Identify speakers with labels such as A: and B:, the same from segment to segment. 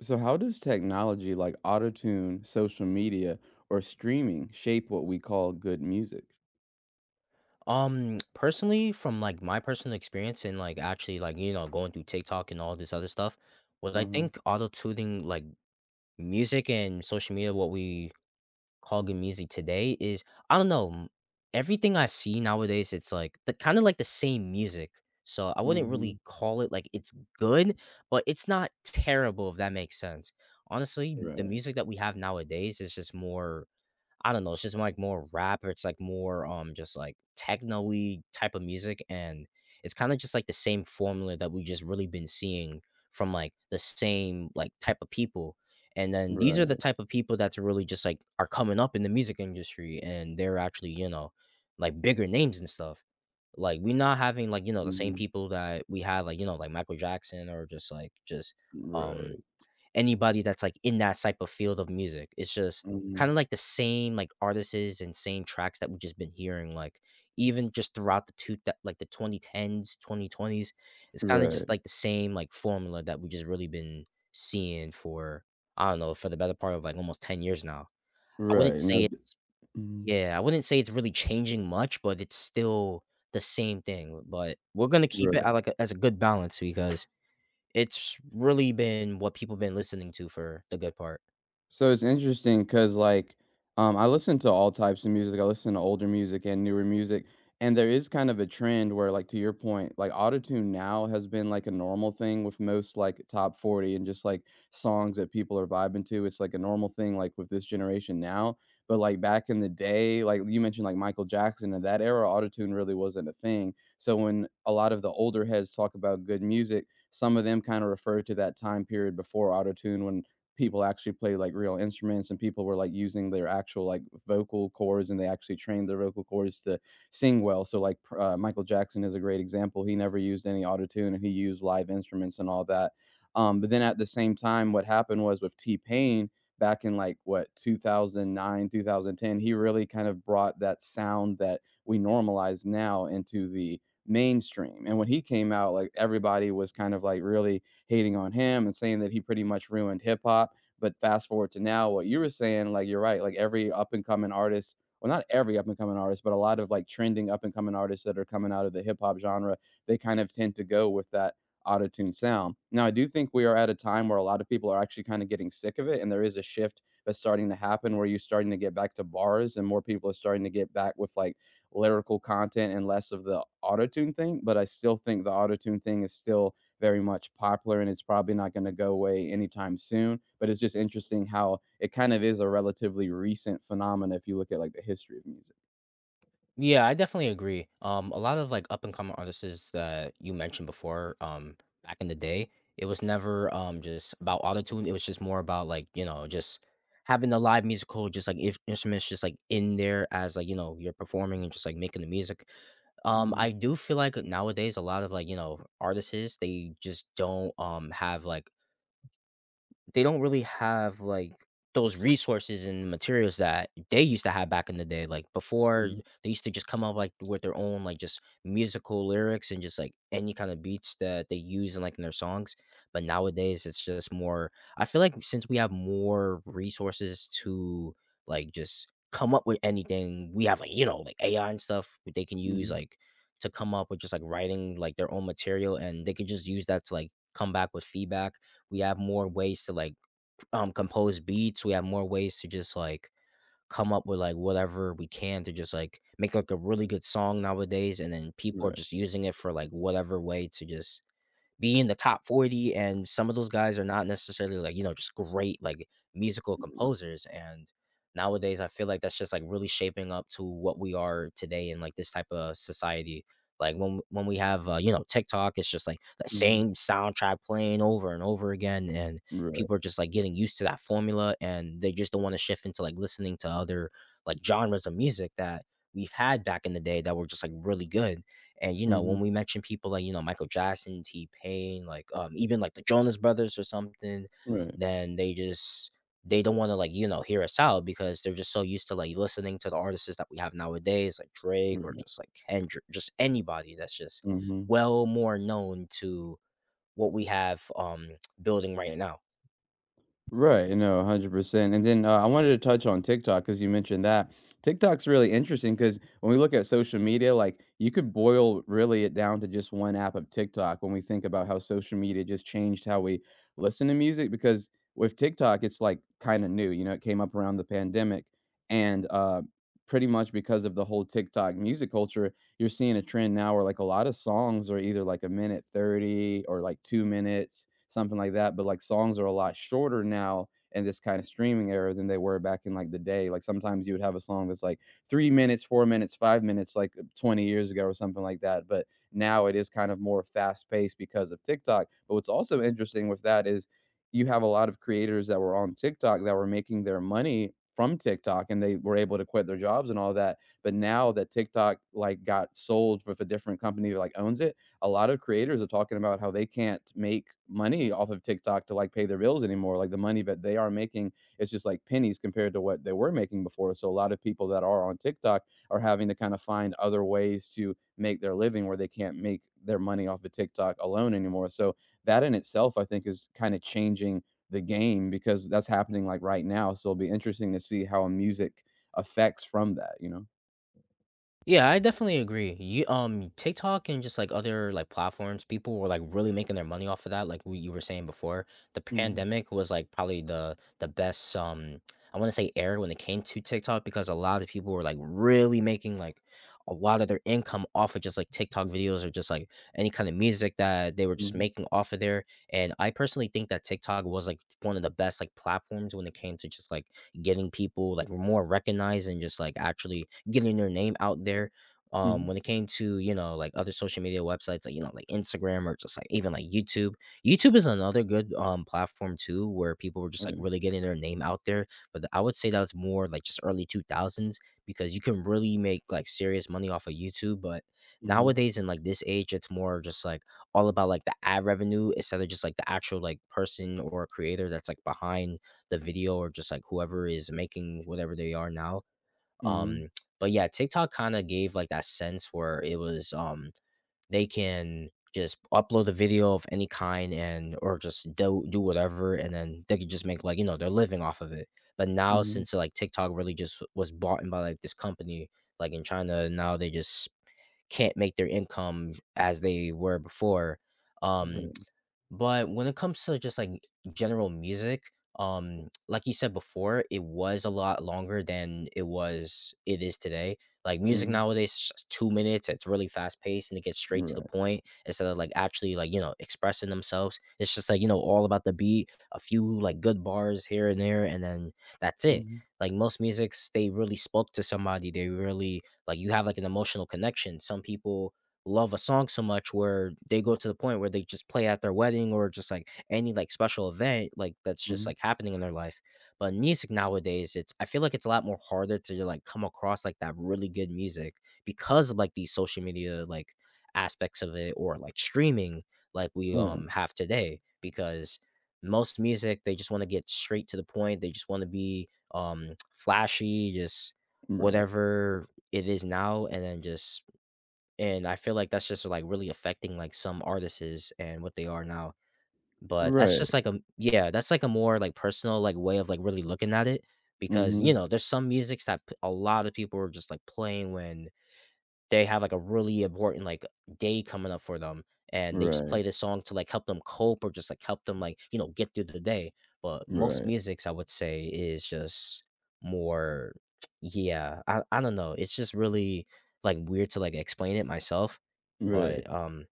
A: So how does technology like autotune, social media, or streaming shape what we call good music?
B: Personally, from like my personal experience and like actually like you know going through TikTok and all this other stuff, what I
A: Uh-huh.
B: think auto tuning like music and social media, what we call good music today, is I don't know. Everything I see nowadays, it's like the kind of like the same music. So I wouldn't
A: Mhm.
B: really call it like it's good, but it's not terrible if that makes sense. Honestly, the
A: Right.
B: music that we have nowadays is just more. I don't know, it's just like more rap or it's like more just like techno-y type of music, and it's kind of just like the same formula that we just really been seeing from like the same like type of people. And then these are the
A: Right.
B: type of people that's really just like are coming up in the music industry and they're actually, you know, like bigger names and stuff. Like we're not having like, you know, the same
A: Mhm.
B: people that we had like, you know, like Michael Jackson or just like just um
A: Right.
B: anybody that's like in that type of field of music. It's just
A: Mhm.
B: kind of like the same like artists and same tracks that we've just been hearing, like even just throughout the two that like the 2010s, 2020s. It's kind of
A: Right.
B: just like the same like formula that we just really been seeing for I don't know for the better part of like almost 10 years now. I wouldn't
A: Right. No.
B: say it's,
A: Mhm.
B: yeah, I wouldn't say it's really changing much, but it's still the same thing. But we're gonna keep it
A: Right.
B: at like a, as a good balance because it's really been what people been listening to for the good part.
A: So it's interesting because like I listen to all types of music. I listen to older music and newer music, and there is kind of a trend where, like to your point, like autotune now has been like a normal thing with most like top 40 and just like songs that people are vibing to. It's like a normal thing like with this generation now. But like back in the day, like you mentioned, like Michael Jackson in that era, autotune really wasn't a thing. So when a lot of the older heads talk about good music, some of them kind of refer to that time period before autotune when people actually play like real instruments and people were like using their actual like vocal cords and they actually trained their vocal cords to sing well, so like Michael Jackson is a great example. He never used any auto tune and he used live instruments and all that. But then at the same time, what happened was with T-Pain back in like what 2009 2010, he really kind of brought that sound that we normalize now into the mainstream. And when he came out, like everybody was kind of like really hating on him and saying that he pretty much ruined hip hop. But fast forward to now, what you were saying, like you're right, like every up and coming artist, well, not every up and coming artist, but a lot of like trending up and coming artists that are coming out of the hip hop genre, they kind of tend to go with that autotune sound. Now, I do think we are at a time where a lot of people are actually kind of getting sick of it, and there is a shift that's starting to happen where you're starting to get back to bars, and more people are starting to get back with like lyrical content and less of the autotune thing. But I still think the autotune thing is still very much popular and it's probably not going to go away anytime soon. But it's just interesting how it kind of is a relatively recent phenomenon if you look at like the history of music.
B: Yeah, I definitely agree. A lot of like up and coming artists that you mentioned before, back in the day, it was never just about autotune. It was just more about like, you know, just having the live musical, just like if instruments just like in there as like, you know, you're performing and just like making the music.
A: Mhm,
B: I do feel like nowadays a lot of like, you know, artists, they just don't have like they don't really have like those resources and materials that they used to have back in the day. Like before,
A: mhm,
B: they used to just come up like with their own like just musical lyrics and just like any kind of beats that they use in like in their songs. But nowadays, it's just more. I feel like since we have more resources to like just come up with anything, we have like you know like AI and stuff that they can use
A: mhm.
B: like to come up with just like writing like their own material, and they could just use that to like come back with feedback. We have more ways to like compose beats, we have more ways to just like come up with like whatever we can to just like make like a really good song nowadays, and then people are
A: Right,
B: just using it for like whatever way to just be in the top 40, and some of those guys are not necessarily like you know just great like musical
A: r
B: composers. And nowadays I feel like that's just like really shaping up to what we are today in like this type of society. Like when we have you know TikTok, it's just like the
A: mhm,
B: same soundtrack playing over and over again, and
A: right,
B: people are just like getting used to that formula and they just don't want to shift into like listening to other like genres of music that we've had back in the day that were just like really good. And you know, when
A: mhm,
B: we mention people like, you know, Michael Jackson, T Pain, like even like the Jonas Brothers or something,
A: right,
B: then they just they don't want to like, you know, hear us out because they're just so used to like listening to the artists that we have nowadays, like Drake or
A: right,
B: just like Kendrick, just anybody that's just
A: mhm.
B: well more known to what we have building right now.
A: Right, no, 100%, and then, I wanted to touch on TikTok because you mentioned that. TikTok's really interesting. Because when we look at social media, like, you could boil really it down to just one app of TikTok when we think about how social media just changed how we listen to music, because with TikTok, it's, like, kinda new, it came up around the pandemic, and, pretty much because of the whole TikTok music culture, you're seeing a trend now where, like, a lot of songs are either, like, a minute 30 or, like, 2 minutes, something like that. But like songs are a lot shorter now in this kind of streaming era than they were back in like the day. Like sometimes you would have a song that's like 3 minutes, 4 minutes, 5 minutes, like 20 years ago or something like that. But now it is kind of more fast paced because of TikTok. But what's also interesting with that is you have a lot of creators that were on TikTok that were making their money from TikTok and they were able to quit their jobs and all that. But now that TikTok like got sold with a different company that like owns it, a lot of creators are talking about how they can't make money off of TikTok to like pay their bills anymore. Like the money that they are making is just like pennies compared to what they were making before. So a lot of people that are on TikTok are having to kind of find other ways to make their living where they can't make their money off of TikTok alone anymore. So that in itself, I think, is kind of changing the game because that's happening like right now. So it'll be interesting to see how music affects from that, you know?
B: Yeah, I definitely agree. You TikTok and just like other like platforms, people were like really making their money off of that. Like we, you were saying before, the
A: Mhm.
B: pandemic was like probably the best I want to say era when it came to TikTok because a lot of people were like really making like a lot of their income off of just like TikTok videos or just like any kind of music that they were just
A: Mhm.
B: making off of there. And I personally think that TikTok was like one of the best like platforms when it came to just like getting people like more recognized and just like actually getting their name out there.
A: Mhm.
B: When it came to you know like other social media websites like you know like Instagram or just like even like YouTube, YouTube is another good platform too where people were
A: Oh,
B: just like
A: yeah.
B: really getting their name out there. But I would say that's more like just early 2000s because you can really make like serious money off of YouTube. But
A: Mhm.
B: nowadays in like this age, it's more just like all about like the ad revenue instead of just like the actual like person or creator that's like behind the video or just like whoever is making whatever they are now,
A: Mhm.
B: um, but yeah, TikTok kind of gave like that sense where it was they can just upload a video of any kind and or just do whatever, and then they could just make like you know they're living off of it. But now
A: Mhm.
B: since like TikTok really just was bought in by like this company like in China, now they just can't make their income as they were before. Um,
A: Right.
B: but when it comes to just like general music, like you said before, it was a lot longer than it was it is today. Like music
A: Mhm.
B: nowadays is just 2 minutes. It's really fast paced and it gets straight to the
A: Right.
B: point instead of like actually like you know expressing themselves. It's just like you know all about the beat, a few like good bars here and there, and then that's it.
A: Mhm.
B: Like most musics, they really spoke to somebody. They really like you have like an emotional connection. Some people love a song so much where they go to the point where they just play at their wedding or just like any like special event like that's just
A: Mhm.
B: like happening in their life, but music nowadays, it's, I feel like, it's a lot more harder to like come across like that really good music because of like these social media like aspects of it or like streaming like we
A: Oh, yeah.
B: have today, because most music they just want to get straight to the point, they just want to be flashy, just
A: Right.
B: whatever it is now and then just, and I feel like that's just, like, really affecting, like, some artists and what they are now. But that's
A: Right.
B: just like a yeah, that's like a more, like, personal, like, way of, like, really looking at it because, you
A: Mhm.
B: know, there's some musics that p a lot of people are just, like, playing when they have, like, a really important, like, day coming up for them, and they just
A: Right.
B: play this song to, like, help them cope or just, like, help them, like, you know, get through the day. But most
A: Right.
B: musics, I would say, is just more yeah, I don't know. It's just really, like, weird to, like, explain it myself,
A: Right.
B: but,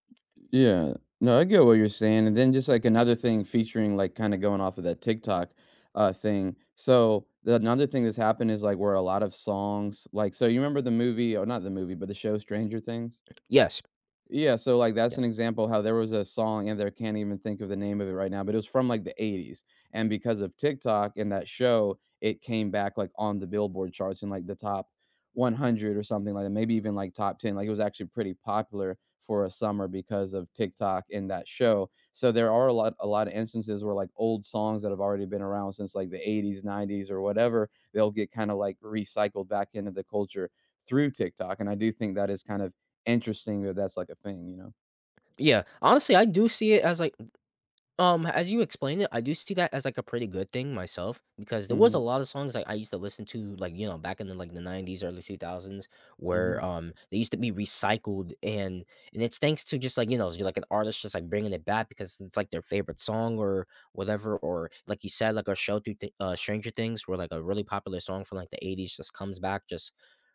A: Yeah. No, I get what you're saying, and then just, like, another thing featuring, like, kinda going off of that TikTok, thing. So, the another thing that's happened is, like, where a lot of songs like, so you remember the movie, or not the movie, but the show Stranger Things?
B: yes,
A: Yeah, so, like,
B: yeah.
A: that's an example how there was a song, and there can't even think of the name of it right now, but it was from, like, the '80s, and because of TikTok and that show, it came back, like, on the Billboard charts in, like, the top 100 or something like that, maybe even, like, top 10, like, it was actually pretty popular for a summer because of TikTok and that show. So, there are a lot of instances where, like, old songs that have already been around since, like, the '80s, '90s, or whatever, they'll get kinda, like, recycled back into the culture through TikTok, and I do think that is kind of interesting that that's, like, a thing, you know?
B: Yeah, honestly, I do see it as, like as you explained it, I do see that as like a pretty good thing myself because there was a
A: Mhm,
B: lot of songs like I used to listen to like you know back in the like the 90s, early 2000s, where
A: mhm,
B: they used to be recycled and it's thanks to just like you know like an artist just like bringing it back because it's like their favorite song or whatever, or like you said like a show through Stranger Things, where like a really popular song from like the 80s just comes back just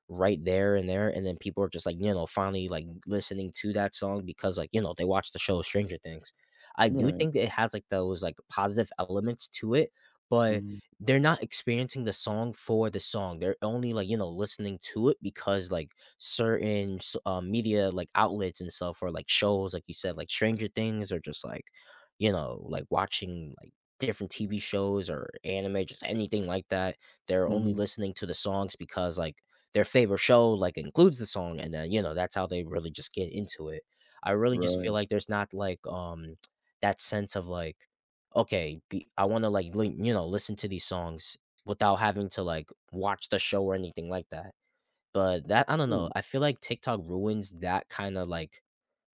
B: right there and there, and then people are just like you know finally like listening to that song because like you know they watched the show Stranger Things. I do
A: right,
B: think it has like those like positive elements to it, but
A: mhm,
B: they're not experiencing the song for the song. They're only like, you know, listening to it because like certain media like outlets and stuff or like shows, like you said, like Stranger Things or just like, you know, like watching like different TV shows or anime, just anything like that. They're only
A: mhm,
B: listening to the songs because like their favorite show like includes the song, and then that's how they really just get into it. I really just feel
A: right,
B: like there's not like that sense of like, okay, I want to like listen to these songs without having to like watch the show or anything like that. But that, I don't know,
A: yeah,
B: I feel like TikTok ruins that kind of like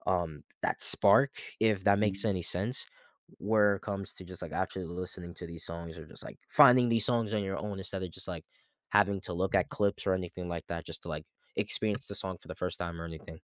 B: that spark, if that makes
A: mhm.
B: any sense. Where it comes to just like actually listening to these songs, or just like finding these songs on your own, instead of just like having to look at clips or anything like that, just to like experience the song for the first time or anything.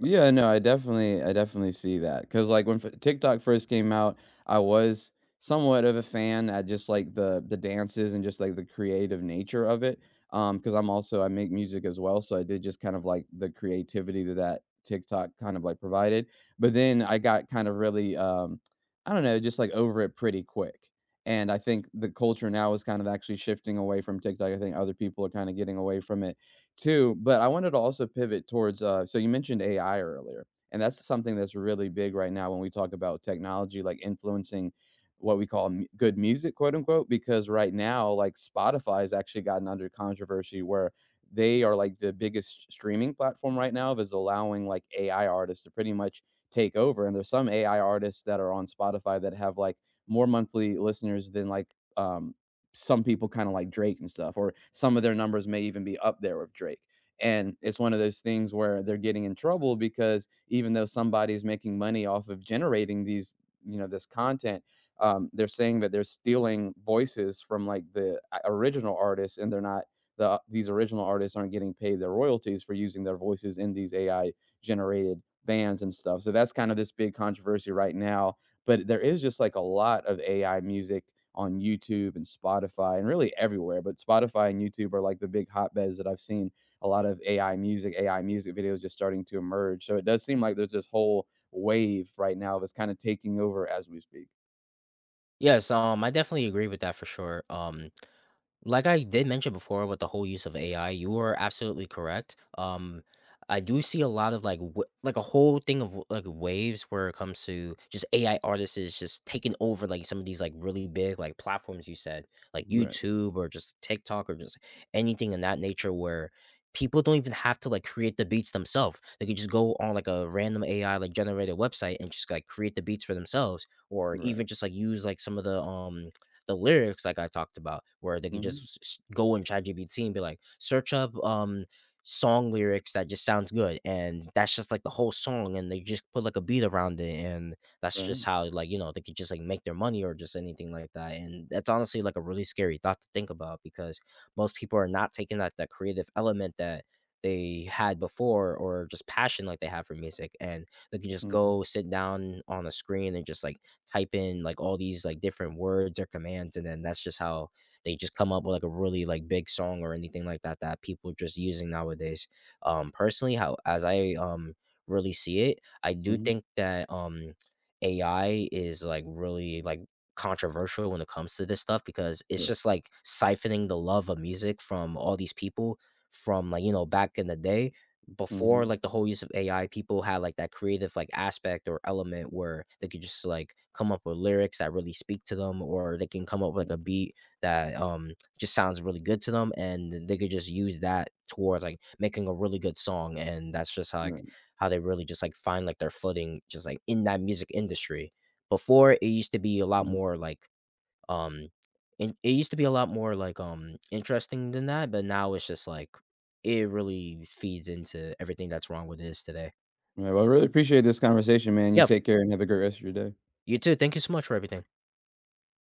A: Yeah, no, I definitely see that. Cause like, when f TikTok first came out, I was somewhat of a fan at just, like, the dances and just, like, the creative nature of it. Because 'cause I make music as well, so I did just kind of like the creativity that that TikTok kind of, like, provided, but then I got kind of really, I don't know, just, like, over it pretty quick, and I think the culture now is kind of actually shifting away from TikTok, I think other people are kinda getting away from it too, but I wanted to also pivot towards, so you mentioned AI earlier, and that's something that's really big right now when we talk about technology, like, influencing what we call "mu good music," quote, unquote, because right now, like, Spotify has actually gotten under controversy where they are, like, the biggest streaming platform right now is allowing, like, AI artists to pretty much take over, and there's some AI artists that are on Spotify that have, like, more monthly listeners than, like, um, some people kind of like Drake and stuff, or some of their numbers may even be up there with Drake. And it's one of those things where they're getting in trouble because even though somebody's making money off of generating these, this content, they're saying that they're stealing voices from like the original artists, and they're not, these original artists aren't getting paid their royalties for using their voices in these AI generated bands and stuff. So that's kind of this big controversy right now, but there is just like a lot of AI music on YouTube and Spotify and really everywhere. But Spotify and YouTube are like the big hotbeds that I've seen a lot of AI music, AI music videos just starting to emerge. So it does seem like there's this whole wave right now that's kind of taking over as we speak.
B: Yes, I definitely agree with that for sure. Like I did mention before with the whole use of AI, you are absolutely correct. I do see a lot of like like a whole thing of like waves where it comes to just AI artists is just taking over like some of these like really big like platforms you said, like
A: Right.
B: YouTube or just TikTok or just anything in that nature, where people don't even have to like create the beats themselves. They could just go on like a random AI like generated website and just like create the beats for themselves, or
A: Right.
B: even just like use like some of the lyrics like I talked about, where they could
A: Mhm.
B: just go in ChatGPT and be like, search up song lyrics that just sounds good, and that's just like the whole song, and they just put like a beat around it, and that's just
A: Right.
B: how like they could just like make their money or just anything like that. And that's honestly like a really scary thought to think about, because most people are not taking that creative element that they had before, or just passion like they have for music, and they can just
A: Mhm.
B: go sit down on a screen and just like type in like all these like different words or commands, and then that's just how they just come up with like a really like big song or anything like that that people just using nowadays. Personally, how as I really see it, I do
A: Mhm.
B: think that AI is like really like controversial when it comes to this stuff, because it's
A: Right.
B: just like siphoning the love of music from all these people, from like back in the day before
A: Mhm.
B: like the whole use of AI. People had like that creative like aspect or element, where they could just like come up with lyrics that really speak to them, or they can come up with
A: Right.
B: like a beat that just sounds really good to them, and they could just use that towards like making a really good song, and that's just like
A: Right.
B: how they really just like find like their footing just like in that music industry. Before, it used to be a lot
A: Mhm.
B: more like um, and it used to be a lot more like interesting than that, but now it's just like it really feeds into everything that's wrong with this today.
A: Right. Well, I really appreciate this conversation, man. You
B: Yeah,
A: take care and have a great rest of your day.
B: you too. Thank you so much for everything.